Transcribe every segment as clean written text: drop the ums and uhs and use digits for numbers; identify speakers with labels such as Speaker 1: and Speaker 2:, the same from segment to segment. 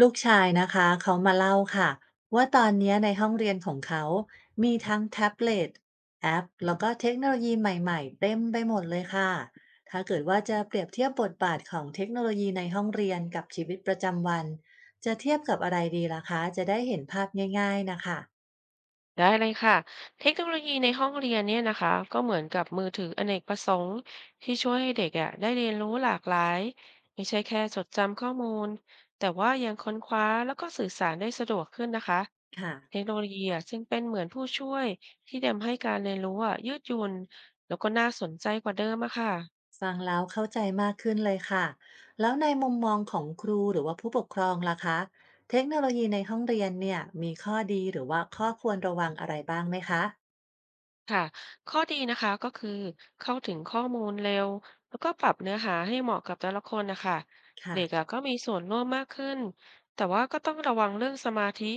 Speaker 1: ลูกชายนะคะเขามาเล่าค่ะว่าตอนเนี้ยในห้องเรียนของเขามีทั้งแท็บเล็ตแอปแล้วก็เทคโนโลยีใหม่ๆเต็มไปหมดเลยค่ะถ้าเกิดว่าจะเปรียบเทียบบทบาทของเทคโนโลยีในห้องเรียนกับชีวิตประจำวันจะเทียบกับอะไรดีล่ะคะจะได้เห็นภาพง่ายๆนะคะ
Speaker 2: ได้เลยค่ะเทคโนโลยีในห้องเรียนเนี่ยนะคะก็เหมือนกับมือถืออเนกประสงค์ที่ช่วยให้เด็กได้เรียนรู้หลากหลายไม่ใช่แค่จดจำข้อมูลแต่ว่ายังค้นคว้าแล้วก็สื่อสารได้สะดวกขึ้นนะคะ
Speaker 1: ค่ะ
Speaker 2: เทคโนโลยีซึ่งเป็นเหมือนผู้ช่วยที่ทำให้การเรียนรู้ยืดหยุ่นแล้วก็น่าสนใจกว่าเดิมอะค่ะ
Speaker 1: ฟังแล้วเข้าใจมากขึ้นเลยค่ะแล้วในมุมมองของครูหรือว่าผู้ปกครองล่ะคะเทคโนโลยีในห้องเรียนเนี่ยมีข้อดีหรือว่าข้อควรระวังอะไรบ้างไหมคะ
Speaker 2: ค่ะ ข้อดีนะคะก็คือเข้าถึงข้อมูลเร็วแล้วก็ปรับเนื้อหาให้เหมาะกับแต่ละคนนะคะ
Speaker 1: ค่ะ
Speaker 2: เด็กอะก็มีส่วนร่วมมากขึ้นแต่ว่าก็ต้องระวังเรื่องสมาธิ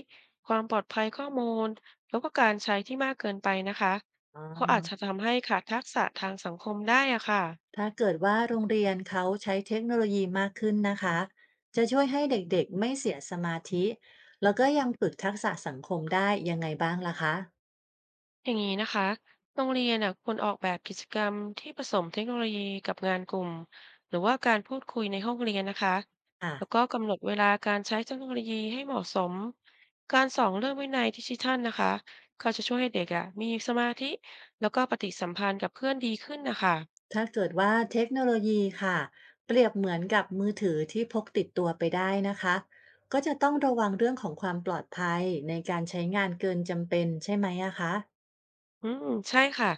Speaker 2: ความปลอดภัยข้อมูลแล้วก็การใช้ที่มากเกินไปนะคะ
Speaker 1: อ๋
Speaker 2: เพราะ
Speaker 1: อ
Speaker 2: อาจจะทำให้ขาดทักษะทางสังคมได้อะค่ะ
Speaker 1: ถ้าเกิดว่าโรงเรียนเขาใช้เทคโนโลยีมากขึ้นนะคะจะช่วยให้เด็กๆไม่เสียสมาธิ แล้วก็ยังฝึกทักษะสังคมได้ยังไงบ้างล่ะคะ
Speaker 2: อย่างนี้นะคะโรงเรียนน่ะควรออกแบบกิจกรรมที่ผสมเทคโนโลยีกับงานกลุ่มหรือว่าการพูดคุยในห้องเรียนนะคะ
Speaker 1: อ่ะ
Speaker 2: แล้วก็กำหนดเวลาการใช้เทคโนโลยีให้เหมาะสมการสอนเรื่องวินัยดิจิทัลนะคะก็จะช่วยให้เด็กมีสมาธิแล้วก็ปฏิสัมพันธ์กับเพื่อนดีขึ้นนะคะ
Speaker 1: ถ้าเกิดว่าเทคโนโลยีค่ะเปรียบเหมือนกับมือถือที่พกติดตัวไปได้นะคะก็จะต้องระวังเรื่องของความปลอดภัยในการใช้งานเกินจำเป็นใช่ไหมอะคะ
Speaker 2: อืมใช่ค่ะ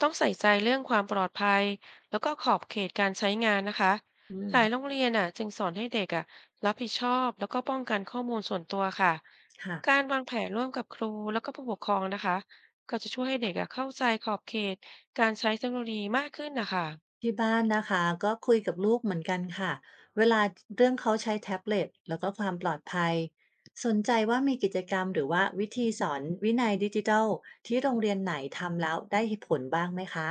Speaker 2: ต้องใส่ใจเรื่องความปลอดภัยแล้วก็ขอบเขตการใช้งานนะคะ
Speaker 1: อื
Speaker 2: ห
Speaker 1: ม
Speaker 2: ลายโรงเรียนจึงสอนให้เด็กรับผิดชอบแล้วก็ป้องกันข้อมูลส่วนตัวค่ะ
Speaker 1: ค่ะ
Speaker 2: การวางแผนร่วมกับครูแล้วก็ผู้ปกครองนะคะก็จะช่วยให้เด็กเข้าใจขอบเขตการใช้เทคโนโลยีมากขึ้นนะคะ
Speaker 1: ที่บ้านนะคะก็คุยกับลูกเหมือนกันค่ะเวลาเรื่องเขาใช้แท็บเล็ตแล้วก็ความปลอดภัยสนใจว่ามีกิจกรรมหรือว่าวิธีสอนวินัยดิจิทัลที่โรงเรียนไหนทำแล้วได้ผลบ้างไหมคะ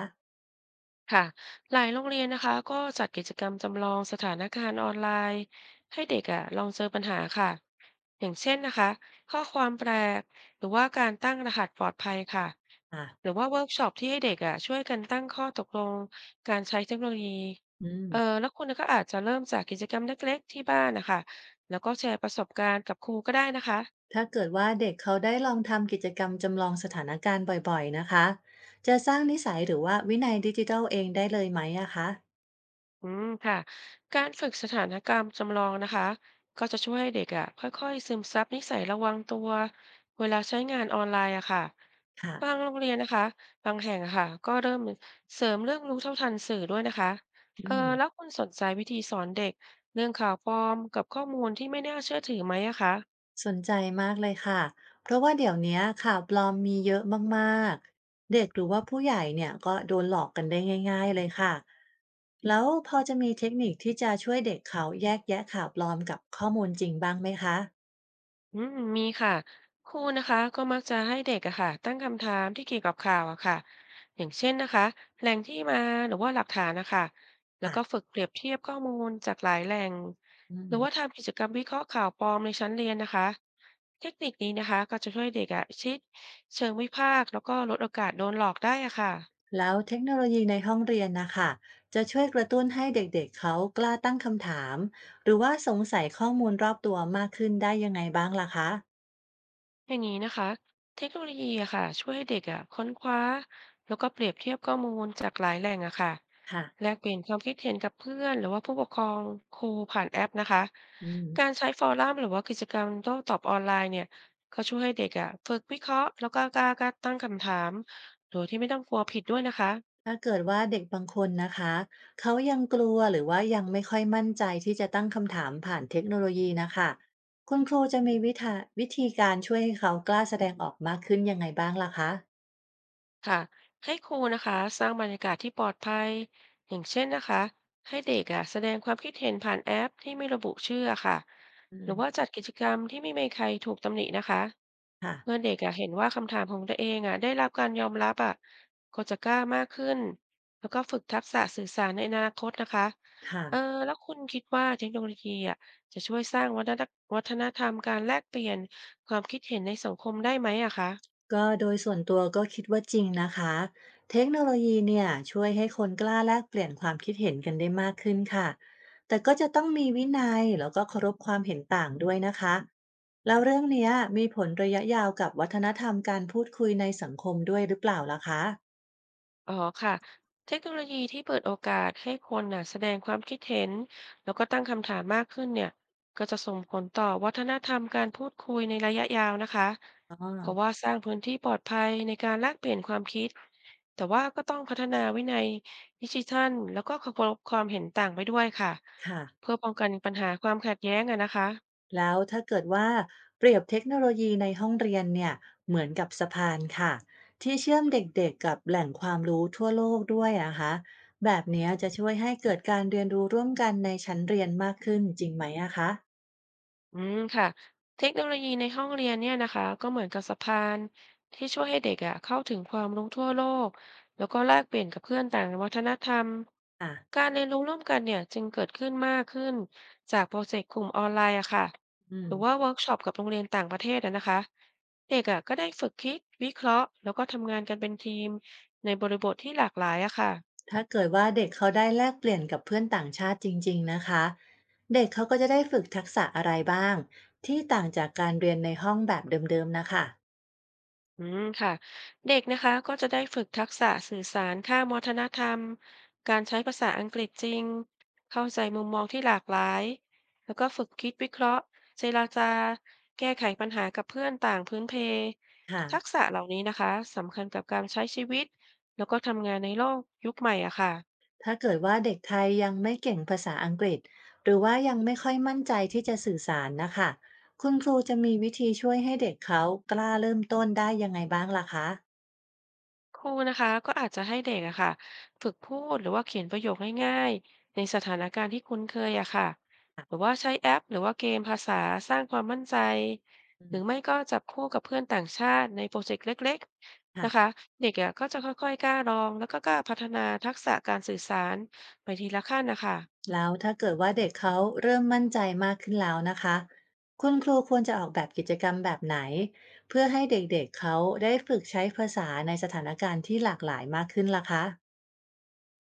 Speaker 2: ค่ะหลายโรงเรียนนะคะก็จัดกิจกรรมจำลองสถานการณ์ออนไลน์ให้เด็กลองเจอปัญหาค่ะอย่างเช่นนะคะข้อความแปลกหรือว่าการตั้งรหัสปลอดภัยค่ะ
Speaker 1: อ่ะ
Speaker 2: หรือว่าเวิร์กช็อปที่ให้เด็กช่วยกันตั้งข้อตกลงการใช้เทคโนโลยี
Speaker 1: อื
Speaker 2: อ
Speaker 1: ม
Speaker 2: แล้วคุณก็อาจจะเริ่มจากกิจกรรมเล็กๆที่บ้านนะคะแล้วก็แชร์ประสบการณ์กับครูก็ได้นะคะ
Speaker 1: ถ้าเกิดว่าเด็กเขาได้ลองทำกิจกรรมจำลองสถานการณ์บ่อยๆนะคะจะสร้างนิสัยหรือว่าวินัยดิจิทัลเองได้เลยไหมอะคะ
Speaker 2: อืมค่ะการฝึกสถานการณ์จำลองนะคะก็จะช่วยให้เด็กค่อยๆซึมซับนิสัยระวังตัวเวลาใช้งานออนไลน์อะค่ะ
Speaker 1: ค่ะ
Speaker 2: บางโรงเรียนนะคะบางแห่งอะค่ะก็เริ่มเสริมเรื่องรู้เท่าทันสื่อด้วยนะคะอ
Speaker 1: อื
Speaker 2: แล้ว
Speaker 1: ม
Speaker 2: คุณสนใจวิธีสอนเด็กเรื่องข่าวปลอมกับข้อมูลที่ไม่น่าเชื่อถือไหมอะคะ
Speaker 1: สนใจมากเลยค่ะ เพราะว่าเดี๋ยวเนี้ยข่าวปลอมมีเยอะมากๆ เด็กหรือว่าผู้ใหญ่เนี่ยก็โดนหลอกกันได้ง่ายๆเลยค่ะแล้วพอจะมีเทคนิคที่จะช่วยเด็กเขาแยกแยะข่าวปลอมกับข้อมูลจริงบ้างไหมคะ
Speaker 2: อืมมีค่ะครูนะคะก็มักจะให้เด็กอะค่ะตั้งคำถามที่เกี่ยวกับข่าวอะค่ะอย่างเช่นนะคะแหล่งที่มาหรือว่าหลักฐานนะคะแล้ว
Speaker 1: อ่ะ
Speaker 2: ก็ฝึกเปรียบเทียบข้อมูลจากหลายแหล่ง
Speaker 1: อื
Speaker 2: หรือ
Speaker 1: ม
Speaker 2: ว่าทำกิจกรรมวิเคราะห์ข่าวปลอมในชั้นเรียนนะคะเทคนิคนี้นะคะก็จะช่วยเด็กอะชิดเชิงวิพากษ์แล้วก็ลดโอกาสโดนหลอกได้อะค่ะ
Speaker 1: แล้วเทคโนโลยีในห้องเรียนนะคะ จะช่วยกระตุ้นให้เด็กๆเขากล้าตั้งคำถามหรือว่าสงสัยข้อมูลรอบตัวมากขึ้นได้ยังไงบ้างล่ะคะ
Speaker 2: อย่างนี้นะคะเทคโนโลยีอะค่ะช่วยให้เด็กอะค้นคว้าแล้วก็เปรียบเทียบข้อมูลจากหลายแหล่งอะค่ะ
Speaker 1: ค่ะ
Speaker 2: แลกเปลี่ยนความคิดเห็นกับเพื่อนหรือว่าผู้ปกครองครูผ่านแอปนะคะ
Speaker 1: อืม
Speaker 2: การใช้ฟอรัมหรือว่ากิจกรรมโต้ตอบออนไลน์เนี่ยก็ช่วยให้เด็กอะฝึกวิเคราะห์แล้วก็กล้าตั้งคำถามโดยที่ไม่ต้องกลัวผิดด้วยนะคะ
Speaker 1: ถ้าเกิดว่าเด็กบางคนนะคะเขายังกลัวหรือว่ายังไม่ค่อยมั่นใจที่จะตั้งคำถามผ่านเทคโนโลยีนะคะคุณครูจะมีวิธีการช่วยให้เขากล้าแสดงออกมากขึ้นยังไงบ้างล่ะคะ
Speaker 2: ค่ะให้ครูนะคะสร้างบรรยากาศที่ปลอดภัยอย่างเช่นนะคะให้เด็กแสดงความคิดเห็นผ่านแอปที่ไม่ระบุชื่อค่ะ
Speaker 1: อื
Speaker 2: หรื
Speaker 1: ม
Speaker 2: อว่าจัดกิจกรรมที่ไม่มีใครถูกตำหนินะคะ
Speaker 1: ค่ะ
Speaker 2: เมื่อเด็กเห็นว่าคำถามของตัวเองได้รับการยอมรับก็จะกล้ามากขึ้นแล้วก็ฝึกทักษะสื่อสารในอนาคตนะคะ
Speaker 1: ค่ะ
Speaker 2: อแล้วคุณคิดว่าเทคโนโลยีจะช่วยสร้างวัฒนธรรมการแลกเปลี่ยนความคิดเห็นในสังคมได้ไหมอะคะ
Speaker 1: ก็โดยส่วนตัวก็คิดว่าจริงนะคะ เทคโนโลยีเนี่ยช่วยให้คนกล้าแลกเปลี่ยนความคิดเห็นกันได้มากขึ้นค่ะ แต่ก็จะต้องมีวินัยแล้วก็เคารพความเห็นต่างด้วยนะคะ แล้วเรื่องเนี้ยมีผลระยะยาวกับวัฒนธรรมการพูดคุยในสังคมด้วยหรือเปล่าล่ะคะ
Speaker 2: อ๋อค่ะเทคโนโลยีที่เปิดโอกาสให้คนน่ะแสดงความคิดเห็นแล้วก็ตั้งคำถามมากขึ้นเนี่ยก็จะส่งผลต่อวัฒนธรรมการพูดคุยในระยะยาวนะคะ
Speaker 1: อ๋
Speaker 2: เพราะ
Speaker 1: อ
Speaker 2: ว่าสร้างพื้นที่ปลอดภัยในการแลกเปลี่ยนความคิด แต่ว่าก็ต้องพัฒนาวินัยดิจิทัลแล้วก็เคารพความเห็นต่างไปด้วยค่ะ
Speaker 1: ค่ะ
Speaker 2: เพื่อป้องกันปัญหาความขัดแย้งอะนะคะ
Speaker 1: แล้วถ้าเกิดว่าเปรียบเทคโนโลยีในห้องเรียนเนี่ยเหมือนกับสะพานค่ะที่เชื่อมเด็กๆกับแหล่งความรู้ทั่วโลกด้วยนะคะแบบเนี้ยจะช่วยให้เกิดการเรียนรู้ร่วมกันในชั้นเรียนมากขึ้นจริงไหมอะคะ
Speaker 2: อืมค่ะเทคโนโลยีในห้องเรียนเนี่ยนะคะก็เหมือนกับสะพานที่ช่วยให้เด็กอ่ะเข้าถึงความรู้ทั่วโลกแล้วก็แลกเปลี่ยนกับเพื่อนต่างวัฒนธรรม
Speaker 1: อ่ะ
Speaker 2: การเรียนรู้ร่วมกันเนี่ยจึงเกิดขึ้นมากขึ้นจากโปรเจกต์กลุ่มออนไลน์อะค่ะ
Speaker 1: อื
Speaker 2: ห
Speaker 1: ม
Speaker 2: รือว่าเวิร์กช็อปกับโรงเรียนต่างประเทศอะนะคะเด็กอ่ะก็ได้ฝึกคิดวิเคราะห์แล้วก็ทำงานกันเป็นทีมในบริบทที่หลากหลายอะค่ะ
Speaker 1: ถ้าเกิดว่าเด็กเขาได้แลกเปลี่ยนกับเพื่อนต่างชาติจริงๆนะคะเด็กเขาก็จะได้ฝึกทักษะอะไรบ้างที่ต่างจากการเรียนในห้องแบบเดิมๆนะคะ
Speaker 2: อืมค่ะเด็กนะคะก็จะได้ฝึกทักษะสื่อสารข้ามวัฒนธรรมการใช้ภาษาอังกฤษจริงเข้าใจมุมมองที่หลากหลายแล้วก็ฝึกคิดวิเคราะห์เจรจาแก้ไขปัญหากับเพื่อนต่างพื้นเพทัก
Speaker 1: ค่ะ
Speaker 2: ษะเหล่านี้นะคะสำคัญกับการใช้ชีวิตแล้วก็ทำงานในโลกยุคใหม่อะค่ะ
Speaker 1: ถ้าเกิดว่าเด็กไทยยังไม่เก่งภาษาอังกฤษหรือว่ายังไม่ค่อยมั่นใจที่จะสื่อสารนะคะคุณครูจะมีวิธีช่วยให้เด็กเขากล้าเริ่มต้นได้ยังไงบ้างล่ะคะ
Speaker 2: ครูนะคะก็อาจจะให้เด็กอะค่ะฝึกพูดหรือว่าเขียนประโยคง่ายๆในสถานการณ์ที่คุ้นเคยอะค่ะหรือว่าใช้แอปหรือว่าเกมภาษาสร้างความมั่นใจ
Speaker 1: อื
Speaker 2: หรือ
Speaker 1: ม
Speaker 2: ไม่ก็จับคู่กับเพื่อนต่างชาติในโปรเจกต์เล็กๆ
Speaker 1: ค่ะ
Speaker 2: นะคะเด็กอะก็จะค่อยๆกล้าลองแล้วก็กล้าพัฒนาทักษะการสื่อสารไปทีละขั้นนะคะ
Speaker 1: แล้วถ้าเกิดว่าเด็กเขาเริ่มมั่นใจมากขึ้นแล้วนะคะคุณครูควรจะออกแบบกิจกรรมแบบไหนเพื่อให้เด็กๆเขาได้ฝึกใช้ภาษาในสถานการณ์ที่หลากหลายมากขึ้นล่ะคะ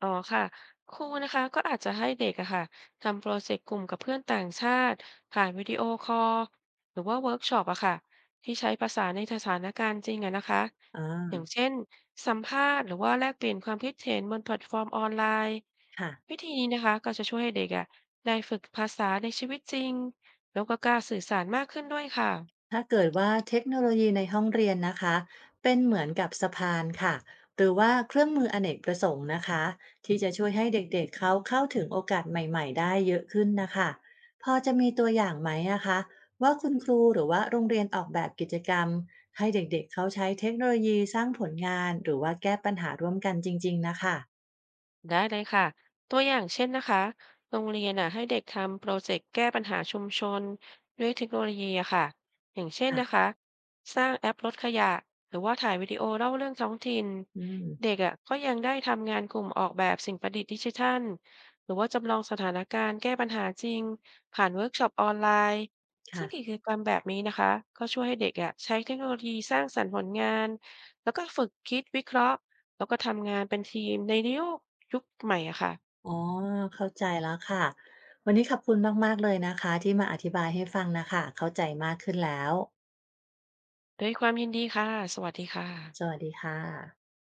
Speaker 2: อ๋อค่ะครูนะคะก็อาจจะให้เด็กอะค่ะทำโปรเจกต์กลุ่มกับเพื่อนต่างชาติผ่านวิดีโอคอลหรือว่าเวิร์กช็อปอะค่ะที่ใช้ภาษาในสถานการณ์จริงอะนะคะ
Speaker 1: อ่า
Speaker 2: อย่างเช่นสัมภาษณ์หรือว่าแลกเปลี่ยนความคิดเห็นบนแพลตฟอร์มออนไลน์
Speaker 1: ค่ะ
Speaker 2: วิธีนี้นะคะก็จะช่วยให้เด็กอะได้ฝึกภาษาในชีวิตจริงแล้วก็กล้าสื่อสารมากขึ้นด้วยค่ะ
Speaker 1: ถ้าเกิดว่าเทคโนโลยีในห้องเรียนนะคะเป็นเหมือนกับสะพานค่ะหรือว่าเครื่องมืออเนกประสงค์นะคะที่จะช่วยให้เด็กๆเขาเข้าถึงโอกาสใหม่ๆได้เยอะขึ้นนะคะพอจะมีตัวอย่างไหมอะคะว่าคุณครูหรือว่าโรงเรียนออกแบบกิจกรรมให้เด็กๆเขาใช้เทคโนโลยีสร้างผลงานหรือว่าแก้ปัญหาร่วมกันจริงๆนะคะ
Speaker 2: ได้เลยค่ะตัวอย่างเช่นนะคะโรงเรียนอ่ะให้เด็กทำโปรเจกต์แก้ปัญหาชุมชนด้วยเทคโนโลยีอะค่ะอย่างเช่นนะ
Speaker 1: ค่ะ
Speaker 2: คะสร้างแอปลดขยะหรือว่าถ่ายวิดีโอเล่าเรื่องท้องถิ่น
Speaker 1: อืม
Speaker 2: เด็กอะก็ยังได้ทำงานกลุ่มออกแบบสิ่งประดิษฐ์ดิจิทัลหรือว่าจำลองสถานการณ์แก้ปัญหาจริงผ่านเวิร์กช็อปออนไลน์ซึ่
Speaker 1: ค่ะ
Speaker 2: งกิจกรรมแบบนี้นะคะก็ช่วยให้เด็กอะใช้เทคโนโลยีสร้างสรรค์ผลงานแล้วก็ฝึกคิดวิเคราะห์แล้วก็ทำงานเป็นทีมในโลก ยุคใหม่อะค่ะ
Speaker 1: อ๋อเข้าใจแล้วค่ะวันนี้ขอบคุณมากๆเลยนะคะที่มาอธิบายให้ฟังน่ะค่ะเข้าใจมากขึ้นแล้ว
Speaker 2: ด้วยความยินดีค่ะ สวัสดีค่ะ
Speaker 1: สวัสดีค่ะ